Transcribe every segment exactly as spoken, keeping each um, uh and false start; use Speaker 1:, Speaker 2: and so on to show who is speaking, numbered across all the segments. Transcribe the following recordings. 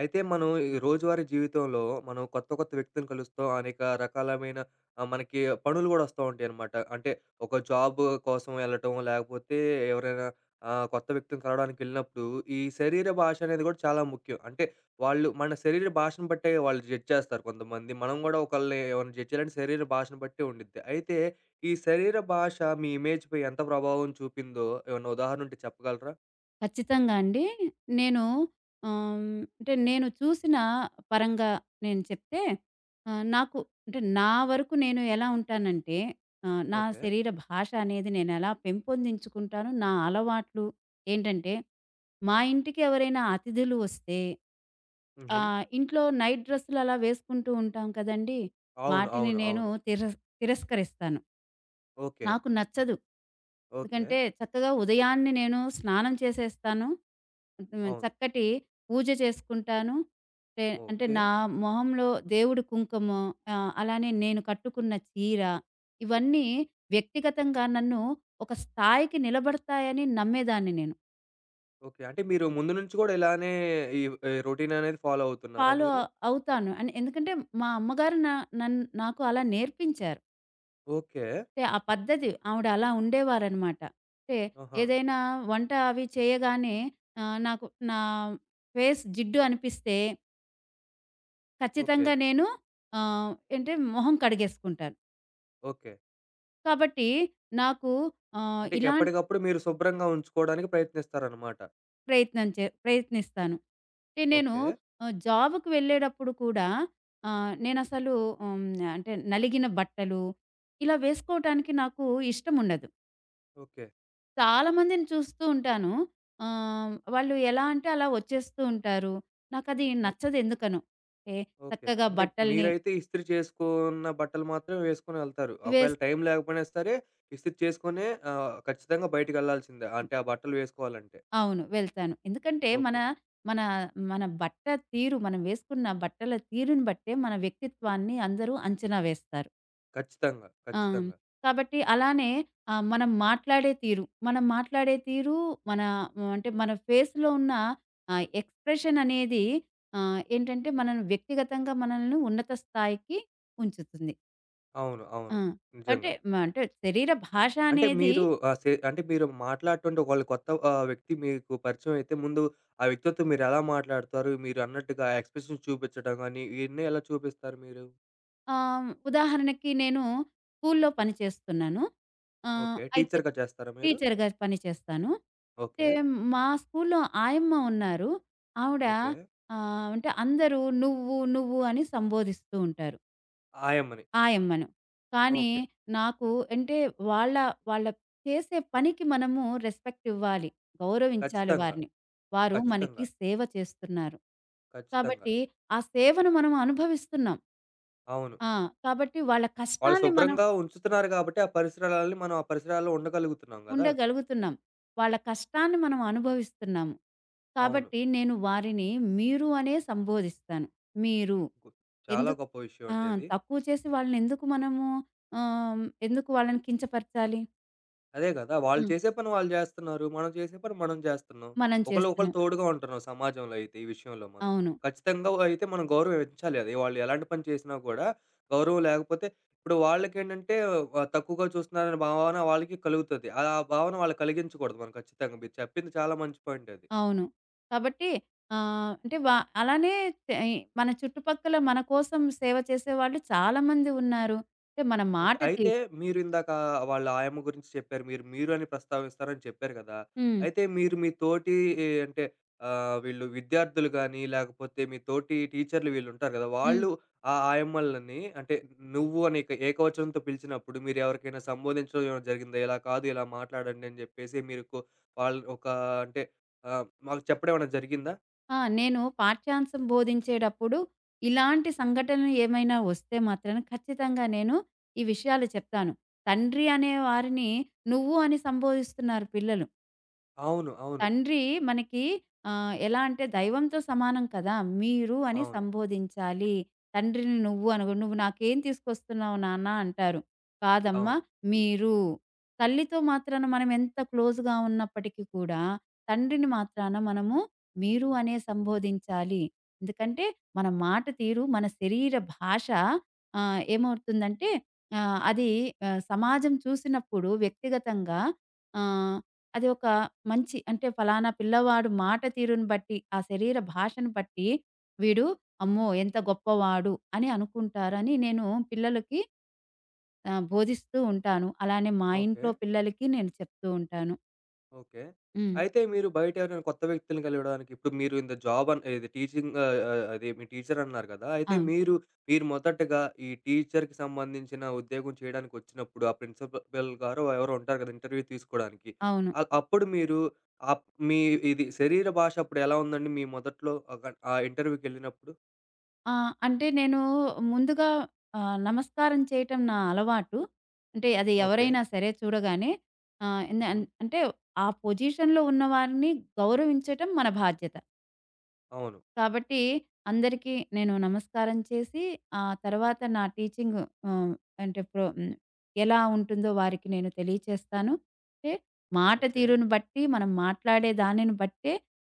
Speaker 1: అయితే మనం ఈ రోజువారీ జీవితంలో మనం కొత్త కొత్త వ్యక్తులను కలుస్తాం. అనేక రకాలమైన ఆహ్, మనకి పనులు గూడా వస్తా ఉంటాయనమాట. అంటే ఒక జాబ్ కోసం వెళ్ళటం, లేకపోతే ఎవరైనా ఆహ్, కొత్త వ్యక్తులను కలవడానికెళ్ళినప్పుడు ఈ శరీర భాష అనేది గూడా చాలా ముఖ్యం. అంటే వాళ్ళు మన శరీర భాషను బట్టే వాళ్ళు జడ్జ్ చేస్తారు కొంతమంది. మనం గూడా ఒకళ్ళని ఎవరిని జడ్జ్ చేయాలంటే శరీర భాషను బట్టే ఉండిద్ది. అయితే ఈ శరీర భాష మీ ఇమేజ్‌పై ఎంత ప్రభావం చూపిందో ఏమన్నా ఉదాహరణ ఉంటే చెప్పగలరా?
Speaker 2: ఖచ్చితంగా అండి. నేను ఆహ్, అంటే నేను చూసిన పరంగా నేను చెప్తే, ఆహ్, నాకు అంటే నా వరకు నేను ఎలా ఉంటానంటే, ఆహ్, నా
Speaker 1: ఓకే.
Speaker 2: శరీర భాష అనేది నేనెలా పెంపొందించుకుంటానో నా అలవాట్లు ఏంటంటే, మా ఇంటికి ఎవరైనా అతిథులు వస్తే
Speaker 1: హుహు.
Speaker 2: ఆహ్, ఇంట్లో నైట్ డ్రెస్సులు అలా వేసుకుంటూ ఉంటాం కదండీ!
Speaker 1: అవును.
Speaker 2: వాటిని
Speaker 1: అవును.
Speaker 2: నేను
Speaker 1: అవును.
Speaker 2: తిరస్ తిరస్కరిస్తాను.
Speaker 1: ఓకే.
Speaker 2: నాకు నచ్చదు.
Speaker 1: ఓకే.
Speaker 2: ఎందుకంటే చక్కగా ఉదయాన్నే నేను స్నానం చేసేస్తాను. హ్మ్.
Speaker 1: అవును.
Speaker 2: చక్కటి పూజ చేసుకుంటాను. అంటే అంటే
Speaker 1: ఓకే.
Speaker 2: నా మొహంలో దేవుడి కుంకుమ, ఆహ్, అలానే నేను కట్టుకున్న చీర, ఇవన్నీ వ్యక్తిగతంగా నన్ను ఒక స్థాయికి నిలబడతాయని నమ్మేదాన్ని నేను.
Speaker 1: ఓకే. అంటే మీరు ముందు నుంచి గూడా ఇలానే ఈ ఈ రొటీన్ అనేది ఫాలో అవుతున్నారా
Speaker 2: ఫాలో
Speaker 1: మీరు?
Speaker 2: అవుతాను. అని ఎందుకంటే మా అమ్మగారు నా నన్ నాకు అలా నేర్పించారు.
Speaker 1: ఓకే.
Speaker 2: అంటే ఆ పద్ధతి ఆవిడ అలా ఉండేవారనమాట. అంటే
Speaker 1: ఆహా!
Speaker 2: ఏదైనా వంట అవి చేయగానే ఆహ్, నాకు నా ఫేస్ జిడ్డు అనిపిస్తే
Speaker 1: ఓకే.
Speaker 2: ఖచ్చితంగా నేను ఆహ్, ఏంటే మొహం కడిగేసుకుంటాను.
Speaker 1: ఓకే.
Speaker 2: కాబట్టి నాకు ఆహ్,
Speaker 1: అంటే
Speaker 2: ఇలాంటి
Speaker 1: ఎప్పటికప్పుడు మీరు శుభ్రంగా ఉంచుకోవడానికి ప్రయత్నిస్తారనమాట.
Speaker 2: ప్రయత్నం చే ప్రయత్నిస్తాను. అంటే నేను
Speaker 1: ఓకే.
Speaker 2: ఆహ్, జాబ్‌కి వెళ్ళేటప్పుడు కూడా ఆహ్, నేనసలు హ్మ్, అంటే నలిగిన బట్టలు ఇలా వేసుకోవటానికి నాకు ఇష్టముండదు.
Speaker 1: ఓకే.
Speaker 2: చాలామందిని చూస్తూ ఉంటాను. ఆహ్, వాళ్ళు ఎలా అంటే అలా వచ్చేస్తూ ఉంటారు. నాకది
Speaker 1: ఓ
Speaker 2: నచ్చదు ఎందుకనో. ఏ
Speaker 1: ఓకే.
Speaker 2: చక్కగా
Speaker 1: అంటే
Speaker 2: బట్టల్ని
Speaker 1: మీరైతే ఇస్త్రీ చేసుకున్న బట్టలు మాత్రమే వేసుకొని ఎళ్తారు. ఒకవేళ
Speaker 2: వేస్
Speaker 1: టైం లేకపోయినా సరే ఇస్త్రీ చేసుకొనే ఆహ్, ఖచ్చితంగా బయటికెళ్ళాల్సిందే. అంటే ఆ బట్టలు వేసుకోవాలంటే.
Speaker 2: అవును, వెళ్తాను. ఎందుకంటే మన
Speaker 1: ఓకే.
Speaker 2: మన మన బట్ట తీరు, మనం వేసుకున్న బట్టల తీరుని బట్టే మన వ్యక్తిత్వాన్ని అందరూ అంచనా వేస్తారు.
Speaker 1: ఖచ్చితంగా.
Speaker 2: ఆ!
Speaker 1: ఖచ్చితంగా.
Speaker 2: కాబట్టి అలానే ఆహ్, మనం మాట్లాడే తీరు, మనం మాట్లాడే తీరు మన ఆహ్, అంటే మన ఫేస్‌లో ఉన్న ఆహ్, ఎక్స్‌ప్రెషన్ అనేది ఆహ్, ఏంటంటే మనల్ని వ్యక్తిగతంగా మనల్ని ఉన్నత స్థాయికి ఉంచుతుంది.
Speaker 1: అవును.
Speaker 2: ఆ!
Speaker 1: అవును.
Speaker 2: అంటే
Speaker 1: నిజంగా.
Speaker 2: మ అంటే శరీర భాష
Speaker 1: అంటే
Speaker 2: అనేది
Speaker 1: మీరు ఆహ్, సె అంటే మీరు మాట్లాడటంటే ఒకళ్ళు కొత్త ఆహ్, వ్యక్తి మీకు పరిచయం అయితే ముందు ఆ వ్యక్తితో మీరు ఎలా మాట్లాడతారు? మీరు అన్నట్టుగా ఎక్స్‌ప్రెషన్స్ చూపించడం గాని, ఇయన్నీ ఎలా చూపిస్తారు మీరు?
Speaker 2: ఆహ్, ఉదాహరణకి నేను స్కూల్‌లో పని చేస్తున్నాను. ఆహ్,
Speaker 1: ఓకే.
Speaker 2: అయితే
Speaker 1: టీచర్‌గా చేస్తారా మీరు?
Speaker 2: టీచర్‌గా పని చేస్తాను.
Speaker 1: ఓకే.
Speaker 2: అయితే మా స్కూల్‌లో ఆయమ్మ ఉన్నారు. ఆవిడ,
Speaker 1: ఓకే.
Speaker 2: ఆహ్, అంటే అందరూ "నువ్వు, నువ్వు" అని సంబోధిస్తూ ఉంటారు
Speaker 1: ఆయమ్మని.
Speaker 2: ఆయమ్మను. కానీ
Speaker 1: ఓకే.
Speaker 2: నాకు అంటే వాళ్ళ వాళ్ళ చేసే పనికి మనము రెస్పెక్ట్ ఇవ్వాలి. గౌరవించాలి
Speaker 1: ఖచ్చితంగా.
Speaker 2: వారిని. వారు మనకి
Speaker 1: ఖచ్చితంగా.
Speaker 2: సేవ చేస్తున్నారు.
Speaker 1: ఖచ్చితంగా.
Speaker 2: కాబట్టి ఆ సేవను మనం అనుభవిస్తున్నాం.
Speaker 1: అవును.
Speaker 2: ఆ! కాబట్టి వాళ్ళ
Speaker 1: వాళ్ళు
Speaker 2: కష్టాన్ని మనం
Speaker 1: శుభ్రంగా ఉంచుతున్నారు కాబట్టి ఆ పరిసరాలని మనం ఆ పరిసరాల్లో ఉండగలుగుతున్నాం గదా!
Speaker 2: ఉండగలుగుతున్నాం. వాళ్ళ కష్టాన్ని మనం అనుభవిస్తున్నాము.
Speaker 1: అవును.
Speaker 2: కాబట్టి నేను వారిని మీరు అనే సంబోధిస్తాను. మీరు.
Speaker 1: గు చాలా
Speaker 2: ఎందుకు
Speaker 1: గొప్ప విషయం
Speaker 2: ఆ!
Speaker 1: అండి అది.
Speaker 2: తక్కువ చేసి వాళ్ళని ఎందుకు మనము ఆహ్, ఎందుకు వాళ్ళని కించపరచాలి?
Speaker 1: అదే గదా! వాళ్ళు
Speaker 2: హ్మ్.
Speaker 1: చేసే పని వాళ్ళు జేస్తున్నారు. మనం చేసే పని మనం జేస్తున్నాం.
Speaker 2: మనం
Speaker 1: ఒకళ్ళు ఒకళ్ళు
Speaker 2: చేస్తున్నాం.
Speaker 1: తోడుగా ఉంటున్నాం సమాజంలో అయితే ఈ విషయంలో మనం.
Speaker 2: అవును.
Speaker 1: ఖచ్చితంగా అయితే మనం గౌరవం ఇచ్చాలి. అది వాళ్ళు ఎలాంటి పని చేసినా గూడా గౌరవం లేకపోతే ఇప్పుడు వాళ్ళకేంటంటే వ తక్కువగా చూస్తున్నారనే భావన వాళ్ళకి కలుగుతది. ఆ భావన వాళ్ళకి కలిగించకూడదు మనం ఖచ్చితంగా. మీరు చెప్పింది చాలా మంచి పాయింట్ అది.
Speaker 2: అవును. కాబట్టి ఆహ్, అంటే వా అలానే తె మన చుట్టుపక్కల మన కోసం సేవ చేసేవాళ్ళు చాలా మంది ఉన్నారు. అంటే మన
Speaker 1: ఓకే.
Speaker 2: మాట
Speaker 1: అయితే
Speaker 2: తీరు.
Speaker 1: మీరిందాక వాళ్ళ ఆయమ్మ గురించి చెప్పారు. మీరు మీరు అని ప్రస్తావిస్తారని చెప్పారు కదా!
Speaker 2: హ్మ్.
Speaker 1: అయితే మీరు మీ తోటి ఏ, అంటే ఆహ్, వీళ్ళు విద్యార్థులు గానీ, లేకపోతే మీ తోటి టీచర్లు వీళ్ళుంటారు కదా! వాళ్ళు ఆ ఆయమ్మలని అంటే నువ్వు అని ఏక ఏకవచనంతో పిలిచినప్పుడు మీరెవరికైనా సంబోధించడం ఏమైనా జరిగిందా? ఇలా కాదు, ఇలా మాట్లాడండి అని జెప్పేసి మీరు కొ వాళ్ళు ఒక అంటే ఆహ్, మాకు చెప్పడం ఏమైనా జరిగిందా?
Speaker 2: ఆ! నేను పాఠ్యాంశం బోధించేటప్పుడు ఇలాంటి సంఘటనలు ఏమైనా వస్తే మాత్రం ఖచ్చితంగా నేను ఈ విషయాలు చెప్తాను. తండ్రి అనే వారిని నువ్వు అని సంబోధిస్తున్నారు పిల్లలు.
Speaker 1: అవును. అవును.
Speaker 2: తండ్రి మనకి ఆహ్, ఎలా అంటే దైవంతో సమానం కదా! మీరు అని
Speaker 1: అవును.
Speaker 2: సంబోధించాలి. తండ్రిని నువ్వు అనగూ "నువ్వు నాకేం తీసుకొస్తున్నావు నాన్న" అంటారు. కాదమ్మా,
Speaker 1: అవును.
Speaker 2: మీరు. తల్లితో మాత్రాన మనం ఎంత క్లోజ్‌గా ఉన్నప్పటికీ కూడా తండ్రిని మాత్రాన మనము మీరు అనే సంబోధించాలి. ఎందుకంటే మన మాట తీరు, మన శరీర భాష, ఆహ్, ఏమవుతుందంటే ఆహ్, అది ఆహ్, సమాజం చూసినప్పుడు వ్యక్తిగతంగా ఆహ్ అది ఒక మంచి, అంటే ఫలానా పిల్లవాడు మాట తీరును బట్టి, ఆ శరీర భాషను బట్టి వీడు అమ్మో! ఎంత గొప్పవాడు అని అనుకుంటారని నేను పిల్లలకి ఆహ్, బోధిస్తూ ఉంటాను. అలానే మా
Speaker 1: ఓకే.
Speaker 2: ఇంట్లో పిల్లలకి నేను చెప్తూ ఉంటాను.
Speaker 1: ఓకే.
Speaker 2: హ్మ్.
Speaker 1: అయితే మీరు బయట ఎవరైనా కొత్త వ్యక్తులను కలవడానికి ఇప్పుడు మీరు ఇంత జాబ్ అన్ ఇది టీచింగ్ ఆహ్, ఆహ్, అది మీ టీచర్ అన్నారు కదా! అయితే
Speaker 2: అవును.
Speaker 1: మీరు, మీరు మొదటగా ఈ టీచర్‌కి సంబంధించిన ఉద్యోగం చేయడానికి వచ్చినప్పుడు ఆ ప్రిన్సిపల్ గారో ఎవరో ఉంటారు కదా! ఇంటర్వ్యూ తీసుకోవడానికి.
Speaker 2: అవును.
Speaker 1: అ అప్పుడు మీరు ఆప్ మీ ఇది శరీర భాష అప్పుడు ఎలా ఉందండి? మీ మొదట్లో ఆహ్, గ ఆ ఇంటర్వ్యూకెళ్ళినప్పుడు?
Speaker 2: ఆ! అంటే నేను ముందుగా ఆహ్, నమస్కారం చేయటం నా అలవాటు. అంటే అది
Speaker 1: ఓకే.
Speaker 2: ఎవరైనా సరే చూడగానే ఆహ్, ఎన్
Speaker 1: హుహు.
Speaker 2: అన్- అంటే ఆ పొజిషన్‌లో ఉన్నవారిని గౌరవించటం మన బాధ్యత.
Speaker 1: అవును.
Speaker 2: కాబట్టి అందరికీ నేను నమస్కారం చేసి, ఆ తర్వాత నా టీచింగ్ ఆహ్, అంటే ప్రొ హ్మ్, ఎలా ఉంటుందో వారికి నేను తెలియచేస్తాను. అంటే మాట
Speaker 1: ఓకే.
Speaker 2: తీరును బట్టి, మనం మాట్లాడే దానిని బట్టే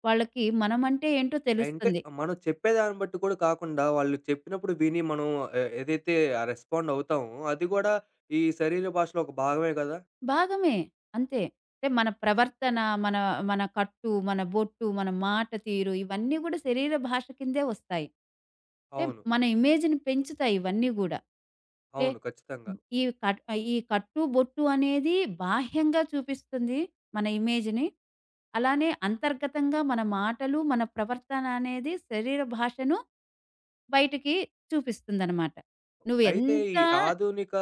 Speaker 2: వాళ్ళకి మనమంటే ఏంటో
Speaker 1: అంటే
Speaker 2: తెలుస్తుంది.
Speaker 1: మనం చెప్పేదాన్ని బట్టి కూడా కాకుండా, వాళ్ళు చెప్పినప్పుడు విని మనం ఎ ఏదైతే రెస్పాండ్ అవుతామో, అది గూడా ఈ శరీర భాషలో ఒక భాగమే గదా!
Speaker 2: భాగమే. అంతే. అంటే మన ప్రవర్తన, మన మన కట్టు, మన బొట్టు, మన మాట తీరు ఇవన్నీ గూడా శరీర భాష కిందే వస్తాయి. అంటే
Speaker 1: అవును.
Speaker 2: మన ఇమేజ్‌ని పెంచుతాయి ఇవన్నీ గూడా. అంటే
Speaker 1: అవును. ఖచ్చితంగా.
Speaker 2: ఈ కట్ ఈ కట్టు, బొట్టు అనేది బాహ్యంగా చూపిస్తుంది మన ఇమేజ్‌ని. అలానే అంతర్గతంగా మన మాటలు, మన ప్రవర్తన అనేది శరీర భాషను బయటికి చూపిస్తుందనమాట. నువ్వు
Speaker 1: అయితే
Speaker 2: ఎంత
Speaker 1: ఈ ఆధునిక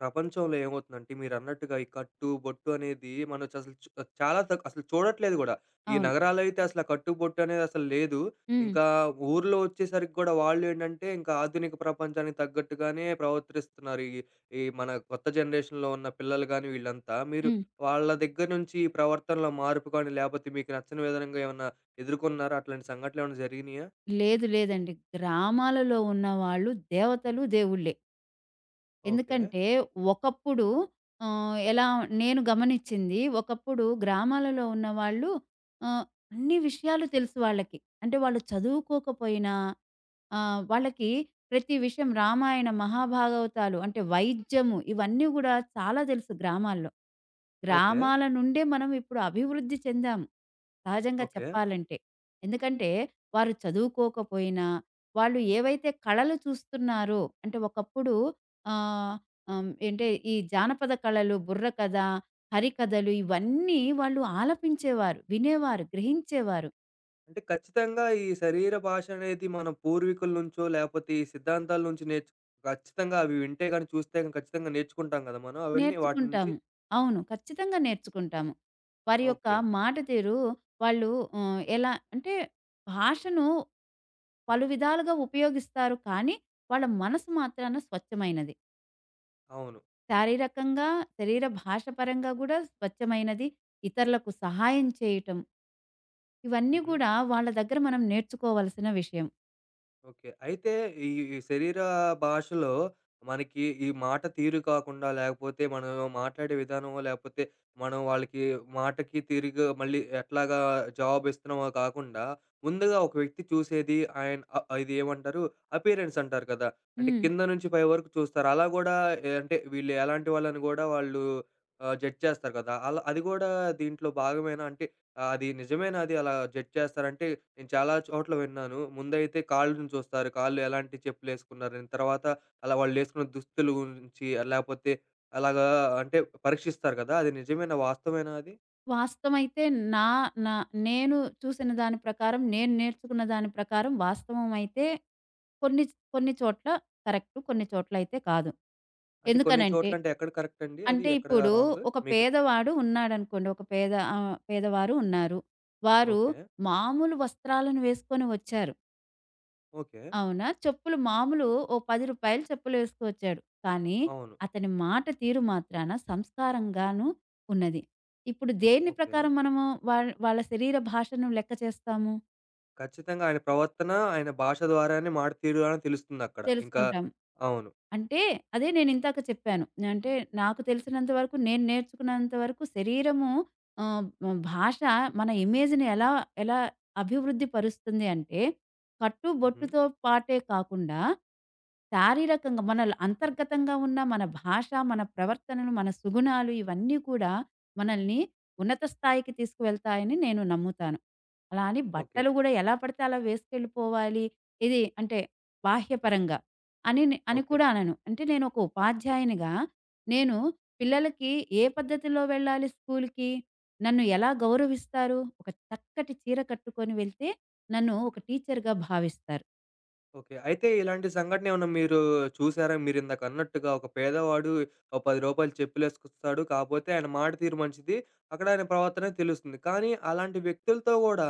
Speaker 1: ప్రపంచంలో ఏమవుతుందంటే మీరన్నట్టుగా ఈ కట్టు, బొట్టు అనేది మనం అసలు చు చాలా తక్ అసలు చూడట్లేదు గూడా. ఈ
Speaker 2: అవును.
Speaker 1: నగరాల్లో అయితే అసలు ఆ కట్టు, బొట్టు అనేది అసలు లేదు.
Speaker 2: హ్మ్.
Speaker 1: ఇంకా ఊర్లో వచ్చేసరికి గూడా వాళ్ళేంటంటే ఇంకా ఆధునిక ప్రపంచానికి తగ్గట్టుగానే ప్రవర్తిస్తున్నారు. ఈ ఈ మన కొత్త జనరేషన్‌లో ఉన్న పిల్లలు గానీ వీళ్ళంతా. మీరు
Speaker 2: హ్మ్.
Speaker 1: వాళ్ళ దగ్గర నుంచి ఈ ప్రవర్తనలో మార్పు కానీ, లేపోతే మీకు నచ్చని విధంగా ఏమన్నా ఎదుర్కొన్నారా? అట్లాంటి సంఘటనలేమన్నా జరిగినియా?
Speaker 2: లేదు లేదండి. గ్రామాలలో ఉన్నవాళ్ళు దేవతలు, దేవుళ్ళే.
Speaker 1: ఓకే.
Speaker 2: ఎందుకంటే ఒకప్పుడు ఆహ్, ఎలా నేను గమనించింది, ఒకప్పుడు గ్రామాలలో ఉన్నవాళ్ళు, ఆహ్, అన్ని విషయాలు తెలుసు వాళ్ళకి. అంటే వాళ్ళు చదువుకోకపోయినా ఆ! వాళ్ళకి ప్రతి విషయం, రామాయణ, మహాభాగవతాలు, అంటే వైద్యము, ఇవన్నీ గూడా చాలా తెలుసు గ్రామాల్లో.
Speaker 1: ఓకే.
Speaker 2: గ్రామాల నుండే మనం ఇప్పుడు అభివృద్ధి చెందాము. సహజంగా
Speaker 1: ఓకే.
Speaker 2: చెప్పాలంటే. ఎందుకంటే వారు చదువుకోకపోయినా, వాళ్ళు ఏవైతే కళలు చూస్తున్నారో, అంటే ఒకప్పుడు ఆహ్, ఆహ్, ఏంటే ఈ జానపద కళలు, బుర్రకథ, హరికథలు, ఇవన్నీ వాళ్ళు ఆలపించేవారు, వినేవారు, గ్రహించేవారు.
Speaker 1: అంటే ఖచ్చితంగా ఈ శరీర భాష అనేది మన పూర్వీకుల నుంచో, లేపోతే ఈ సిద్ధాంతాల నుంచి నేర్చు ఖచ్చితంగా అవి వింటే గాని, చూస్తే గాని ఖచ్చితంగా నేర్చుకుంటాం గదా మనం. అవన్నీ వాటి నుంచి
Speaker 2: నేర్చుకుంటాము. అవును. ఖచ్చితంగా నేర్చుకుంటాము. వారి యొక్క
Speaker 1: ఓకే.
Speaker 2: మాట తీరు, వాళ్ళు ఆహ్, ఎలా అంటే భాషను పలు విధాలుగా ఉపయోగిస్తారు. కానీ వాళ్ళ మనసు మాత్రాన స్వచ్ఛమైనది.
Speaker 1: అవును.
Speaker 2: శారీరకంగా, శరీర భాష పరంగా గూడా స్వచ్ఛమైనది. ఇతరులకు సహాయం చేయటం, ఇవన్నీ
Speaker 1: హుహు.
Speaker 2: గూడా వాళ్ళ దగ్గర మనం నేర్చుకోవాల్సిన విషయం.
Speaker 1: ఓకే. అయితే ఈ ఈ శరీర భాషలో మనకి ఈ మాట తీరు కాకుండా లేకపోతే మనం మాట్లాడే విధానమో లేకపోతే మనం వాళ్ళకి మాటకి తీరుగా మళ్ళీ ఎట్లాగా జవాబు ఇస్తున్నామో కాకుండా ముందుగా ఒక వ్యక్తి చూసేది ఆయన అ- ఇది ఏమంటారు అపియరెన్స్ అంటారు కదా అంటే
Speaker 2: హ్మ్.
Speaker 1: కింద నుంచి పై వరకు చూస్తారు అలా కూడా ఏ అంటే వీళ్ళు ఎలాంటి వాళ్ళని కూడా వాళ్ళు జడ్జ్ చేస్తారు కదా అలా అది కూడా దీంట్లో భాగమేనా అంటే ఆ! అది నిజమేనా అది అలా జడ్జ్ చేస్తారంటే, నేను చాలా చోట్ల విన్నాను. ముందైతే కాళ్ళుని చూస్తారు. కాళ్ళు ఎలాంటి చెప్పులేసుకున్నారని. తర్వాత అలా వాళ్ళేసుకున్న దుస్తుల గురించి లేపోతే అలాగా అంటే పరీక్షిస్తారు కదా! అది నిజమేనా? వాస్తవేనా అది?
Speaker 2: వాస్తవమైతే, నా నా నేను చూసిన దాని ప్రకారం, నేను నేర్చుకున్న దాని ప్రకారం, వాస్తవం అయితే కొన్ని కొన్ని చోట్ల కరెక్ట్. కొన్ని చోట్లయితే కాదు.
Speaker 1: అంటే కొన్ని
Speaker 2: ఎందుకనంటే,
Speaker 1: చోట్ల అంటే ఎక్కడ కరెక్ట్ అండి అది?
Speaker 2: అంటే
Speaker 1: ఎక్కడ
Speaker 2: ఇప్పుడు
Speaker 1: రాంగ్?
Speaker 2: ఒక
Speaker 1: మీకు
Speaker 2: పేదవాడు ఉన్నాడనుకోండి. ఒక పేద ఆహ్, పేదవారు ఉన్నారు. వారు
Speaker 1: ఓకే.
Speaker 2: మామూలు వస్త్రాలను వేసుకొని వచ్చారు.
Speaker 1: ఓకే.
Speaker 2: అవునా? చెప్పులు మామూలు, ఓ రూ. పది చెప్పులు వేసుకొచ్చాడు. కానీ
Speaker 1: అవును.
Speaker 2: అతని మాట తీరు మాత్రాన సంస్కారంగాను ఉన్నది. ఇప్పుడు దేన్ని
Speaker 1: ఓకే.
Speaker 2: ప్రకారం మనము వాళ్ వాళ్ళ శరీర భాషను లెక్క చేస్తాము?
Speaker 1: ఖచ్చితంగా ఆయన ప్రవర్తన, ఆయన భాష ద్వారానే మాట తీరు ద్వారానే తెలుస్తుందక్కడ. ఇంకా
Speaker 2: తెలుసుకుంటాం.
Speaker 1: అవును.
Speaker 2: అంటే అదే నేనిందాక చెప్పాను. అంటే నాకు తెలిసినంత వరకు, నేను నేర్చుకున్నంత వరకు, శరీరము ఆహ్, హ్మ్, భాష మన ఇమేజ్‌ని ఎలా ఎలా అభివృద్ధి పరుస్తుంది అంటే, కట్టు,
Speaker 1: హుహు.
Speaker 2: బొట్టుతో పాటే కాకుండా శారీరకంగా మన అంతర్గతంగా ఉన్న మన భాష, మన ప్రవర్తనలు, మన సుగుణాలు, ఇవన్నీ కూడా మనల్ని ఉన్నత స్థాయికి తీసుకువెళ్తాయని నేను నమ్ముతాను. అలా అని
Speaker 1: ఓకే.
Speaker 2: బట్టలు గూడా ఎలా పడితే అలా వేసుకెళ్ళిపోవాలి, ఇది అంటే బాహ్యపరంగా అని నే అని
Speaker 1: ఓకే.
Speaker 2: కూడా అనను. అంటే నేనొక ఉపాధ్యాయునిగా, నేను పిల్లలకి ఏ పద్ధతిలో వెళ్ళాలి స్కూలుకి, నన్ను ఎలా గౌరవిస్తారు? ఒక చక్కటి చీర కట్టుకొని వెళ్తే, నన్ను ఒక టీచర్‌గా భావిస్తారు.
Speaker 1: ఓకే. అయితే ఇలాంటి సంఘటన ఏమన్నా మీరు చూసారా? మీరిందాక అన్నట్టుగా ఒక పేదవాడు ఓ రూ. పది చెప్పులేసుకొస్తాడు. కాపోతే ఆయన మాట తీరు మంచిది. అక్కడ ఆయన ప్రవర్తన తెలుస్తుంది. కానీ అలాంటి వ్యక్తులతో గూడా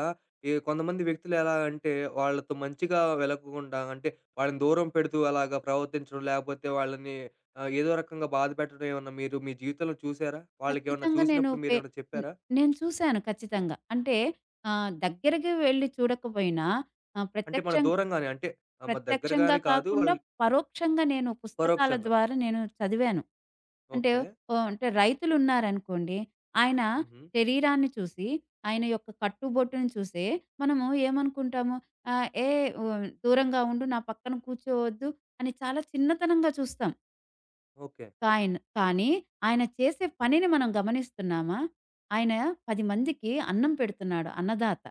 Speaker 1: ఈ కొంతమంది వ్యక్తులు ఎలా అంటే వాళ్ళతో మంచిగా వెలగకుండా అంటే వాళ్ళని దూరం పెడుతూ అలాగా ప్రవర్తించడం లేకపోతే వాళ్ళని ఆహ్, ఏదో రకంగా బాధపెట్టడం ఏమన్నా మీరు మీ జీవితంలో చూసారా? వాళ్ళకేమన్నా
Speaker 2: ఖచ్చితంగా నేను
Speaker 1: చూసినప్పుడు
Speaker 2: పే
Speaker 1: మీరేమన్నా
Speaker 2: నే
Speaker 1: చెప్పారా?
Speaker 2: నేను చూసాను ఖచ్చితంగా. అంటే ఆహ్, దగ్గరకి వెళ్లి చూడకపోయినా ఆహ్,
Speaker 1: అంటే మన
Speaker 2: ప్రత్యక్షం
Speaker 1: దూరంగానే అంటే ఆహ్, మన
Speaker 2: ప్రత్యక్షంగా
Speaker 1: దగ్గరగానే కాదు
Speaker 2: కాకుండా,
Speaker 1: వాళ్ళు
Speaker 2: పరోక్షంగా నేను పుస్తకాల
Speaker 1: పరోక్షంగా.
Speaker 2: ద్వారా నేను చదివాను. అంటే
Speaker 1: ఓకే.
Speaker 2: ఓహ్, అంటే రైతులున్నారనుకోండి. ఆయన
Speaker 1: హుహు.
Speaker 2: శరీరాన్ని చూసి, ఆయన యొక్క కట్టుబొట్టును చూసే మనము ఏమనుకుంటాము ఆహ్, ఏ ఉ, దూరంగా ఉండు, నా పక్కన కూర్చోవద్దు అని చాలా చిన్నతనంగా చూస్తాం.
Speaker 1: ఓకే.
Speaker 2: కాయిన్ కానీ ఆయన చేసే పనిని మనం గమనిస్తున్నామా? ఆయన పది మందికి అన్నం పెడుతున్నాడు అన్నదాత.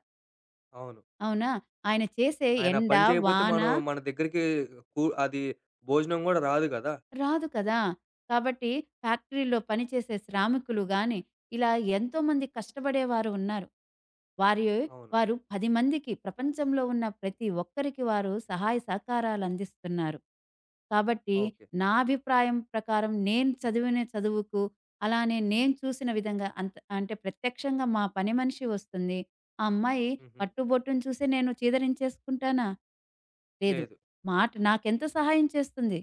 Speaker 1: అవును.
Speaker 2: అవునా? ఆయన చేసే
Speaker 1: ఆయన
Speaker 2: ఎండ,
Speaker 1: పని చేయకపోతే
Speaker 2: వాన,
Speaker 1: మనం మన దగ్గరికి కు అది భోజనం గూడా రాదు గదా!
Speaker 2: రాదు కదా! కాబట్టి ఫ్యాక్టరీలో పనిచేసే శ్రామికులు గాని, ఇలా ఎంతోమంది కష్టపడేవారు ఉన్నారు. వారి
Speaker 1: అవును.
Speaker 2: వారు పది మందికి, ప్రపంచంలో ఉన్న ప్రతి ఒక్కరికి వారు సహాయ సహకారాలు అందిస్తున్నారు. కాబట్టి
Speaker 1: ఓకే.
Speaker 2: నా అభిప్రాయం ప్రకారం, నేను చదివిన చదువుకు, అలానే నేను చూసిన విధంగా అంత అంటే ప్రత్యక్షంగా మా పని మనిషి వస్తుంది. ఆ అమ్మాయి
Speaker 1: హుహు.
Speaker 2: కట్టుబొట్టును చూసి నేను చీదరించేసుకుంటానా? లేదు.
Speaker 1: లేదు.
Speaker 2: మాట నాకెంత సహాయం చేస్తుంది.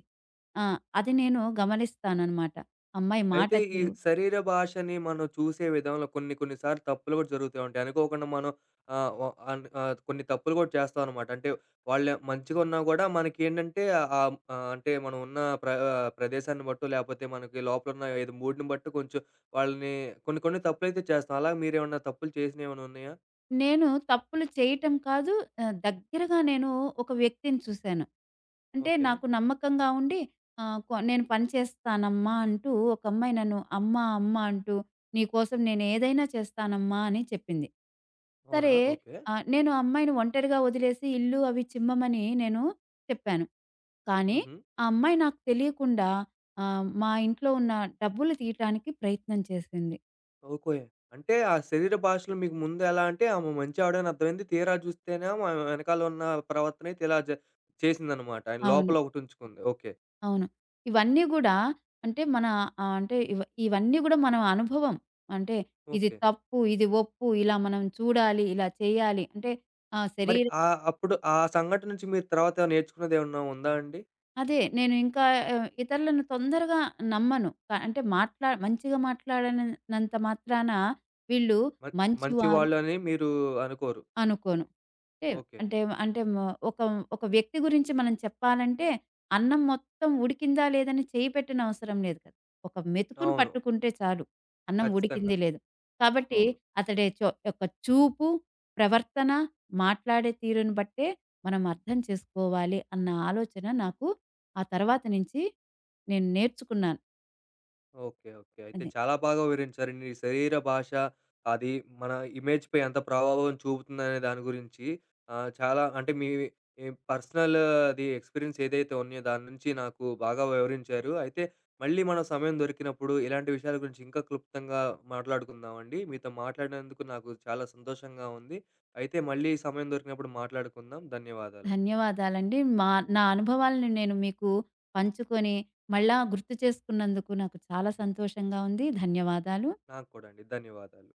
Speaker 2: ఆ! అది నేను గమనిస్తాననమాట. అమ్మాయి మాట
Speaker 1: అయితే ఈ
Speaker 2: తీరు,
Speaker 1: శరీర భాషని మనం చూసే విధంలో కొన్ని కొన్ని సార్లు తప్పులు గూడా జరుగుతా ఉంటాయి. అనుకోకుండా మనం ఆహ్, వ అన్ ఆహ్, కొన్ని తప్పులు గూడా చేస్తామనమాట. అంటే వాళ్ళు మంచిగా ఉన్నా గూడా మనకేంటంటే ఆహ్, ఆహ్, అంటే మనం ఉన్న ప్ర ఆహ్, ప్రదేశాన్ని బట్టో లేపోతే మనకి లోపలున్న ఏదో మూడ్‌ని బట్టి కొంచెం వాళ్ళని కొన్ని కొన్ని తప్పులైతే చేస్తాం. అలాగ మీరేమన్నా తప్పులు చేసినయేమన్నా ఉన్నాయా?
Speaker 2: నేను తప్పులు చేయటం కాదు. ఆహ్, దగ్గరగా నేను ఒక వ్యక్తిని చూసాను. అంటే
Speaker 1: ఓకే.
Speaker 2: నాకు నమ్మకంగా ఉండి ఆహ్, కొ నేను పని చేస్తానమ్మా అంటూ ఒక అమ్మాయి నన్ను అమ్మ, అమ్మ అంటూ నీకోసం నేను ఏదైనా చేస్తానమ్మా అని చెప్పింది.
Speaker 1: అవునా?
Speaker 2: సరే,
Speaker 1: ఓకే.
Speaker 2: ఆహ్, నేను ఆ అమ్మాయిని ఒంటరిగా వదిలేసి ఇల్లు అవి చిమ్మమని నేను చెప్పాను. కానీ
Speaker 1: హుహు.
Speaker 2: ఆ అమ్మాయి నాకు తెలియకుండా ఆహ్, మా ఇంట్లో ఉన్న డబ్బులు తీయటానికి ప్రయత్నం చేసింది.
Speaker 1: ఓకే. అంటే ఆ శరీర భాషలు మీకు ముందు ఎలా అంటే ఆమె మంచి ఆవిడని అర్థమైంది. తీరా చూస్తేనేమో ఆమె వెనకాల ఉన్న ప్రవర్తన అయితే ఇలా జ చేసిందనమాట. ఆయన
Speaker 2: అవును.
Speaker 1: లోపల ఒకటి ఉంచుకుంది. ఓకే.
Speaker 2: అవును. ఇవన్నీ గూడా, అంటే మన ఆహ్, అంటే ఇవ ఇవన్నీ గూడా మన అనుభవం. అంటే ఇది
Speaker 1: ఓకే.
Speaker 2: తప్పు, ఇది ఒప్పు, ఇలా మనం చూడాలి, ఇలా చేయాలి, అంటే ఆహ్,
Speaker 1: మరి
Speaker 2: శరీర
Speaker 1: ఆహ్, అప్పుడు ఆ సంఘటన నుంచి మీరు తర్వాత నేర్చుకున్నదేమన్నా ఉందా అండి?
Speaker 2: అదే నేను ఇంకా ఆహ్, ఇతరులను తొందరగా నమ్మను. క అంటే మాట్లా మంచిగా మాట్లాడనంత మాత్రాన వీళ్ళు
Speaker 1: మ
Speaker 2: మంచివారు
Speaker 1: మంచివాళ్ళు అని మీరు అనుకోరు.
Speaker 2: అనుకోను. అంటే
Speaker 1: ఓకే.
Speaker 2: అంటే అంటే మ ఒక ఒక వ్యక్తి గురించి మనం చెప్పాలంటే, అన్నం మొత్తం ఉడికిందా లేదని చేయి పెట్టిన అవసరం లేదు కదా! ఒక మెతుకుని
Speaker 1: అవును.
Speaker 2: పట్టుకుంటే చాలు. అన్నం
Speaker 1: ఖచ్చితంగా.
Speaker 2: ఉడికింది లేదు. కాబట్టి
Speaker 1: అవును.
Speaker 2: అతడి చొ యొక్క చూపు, ప్రవర్తన, మాట్లాడే తీరుని బట్టే మనం అర్థం చేసుకోవాలి అన్న ఆలోచన నాకు ఆ తర్వాత నుంచి నేను నేర్చుకున్నాను.
Speaker 1: ఓకే. ఓకే. అయితే
Speaker 2: అది.
Speaker 1: చాలా బాగా వివరించారండి. ఈ శరీర భాష, అది మన ఇమేజ్‌పై ఎంత ప్రభావం చూపుతుందనే దాని గురించి ఆహ్, చాలా అంటే మీ ఈ పర్సనల్ అది ఎక్స్‌పీరియన్స్ ఏదైతే ఉన్నాయో దాని నుంచి నాకు బాగా వివరించారు. అయితే మళ్ళీ మనం సమయం దొరికినప్పుడు ఇలాంటి విషయాల గురించి ఇంకా క్లుప్తంగా మాట్లాడుకుందామండి. మీతో మాట్లాడినందుకు నాకు చాలా సంతోషంగా ఉంది. అయితే మళ్ళీ సమయం దొరికినప్పుడు మాట్లాడుకుందాం. ధన్యవాదాలండి.
Speaker 2: ధన్యవాదాలండి. మా నా అనుభవాలను నేను మీకు పంచుకొని, మళ్ళా గుర్తు చేసుకున్నందుకు నాకు చాలా సంతోషంగా ఉంది. ధన్యవాదాలు.
Speaker 1: నాకు కూడా అండి. ధన్యవాదాలు.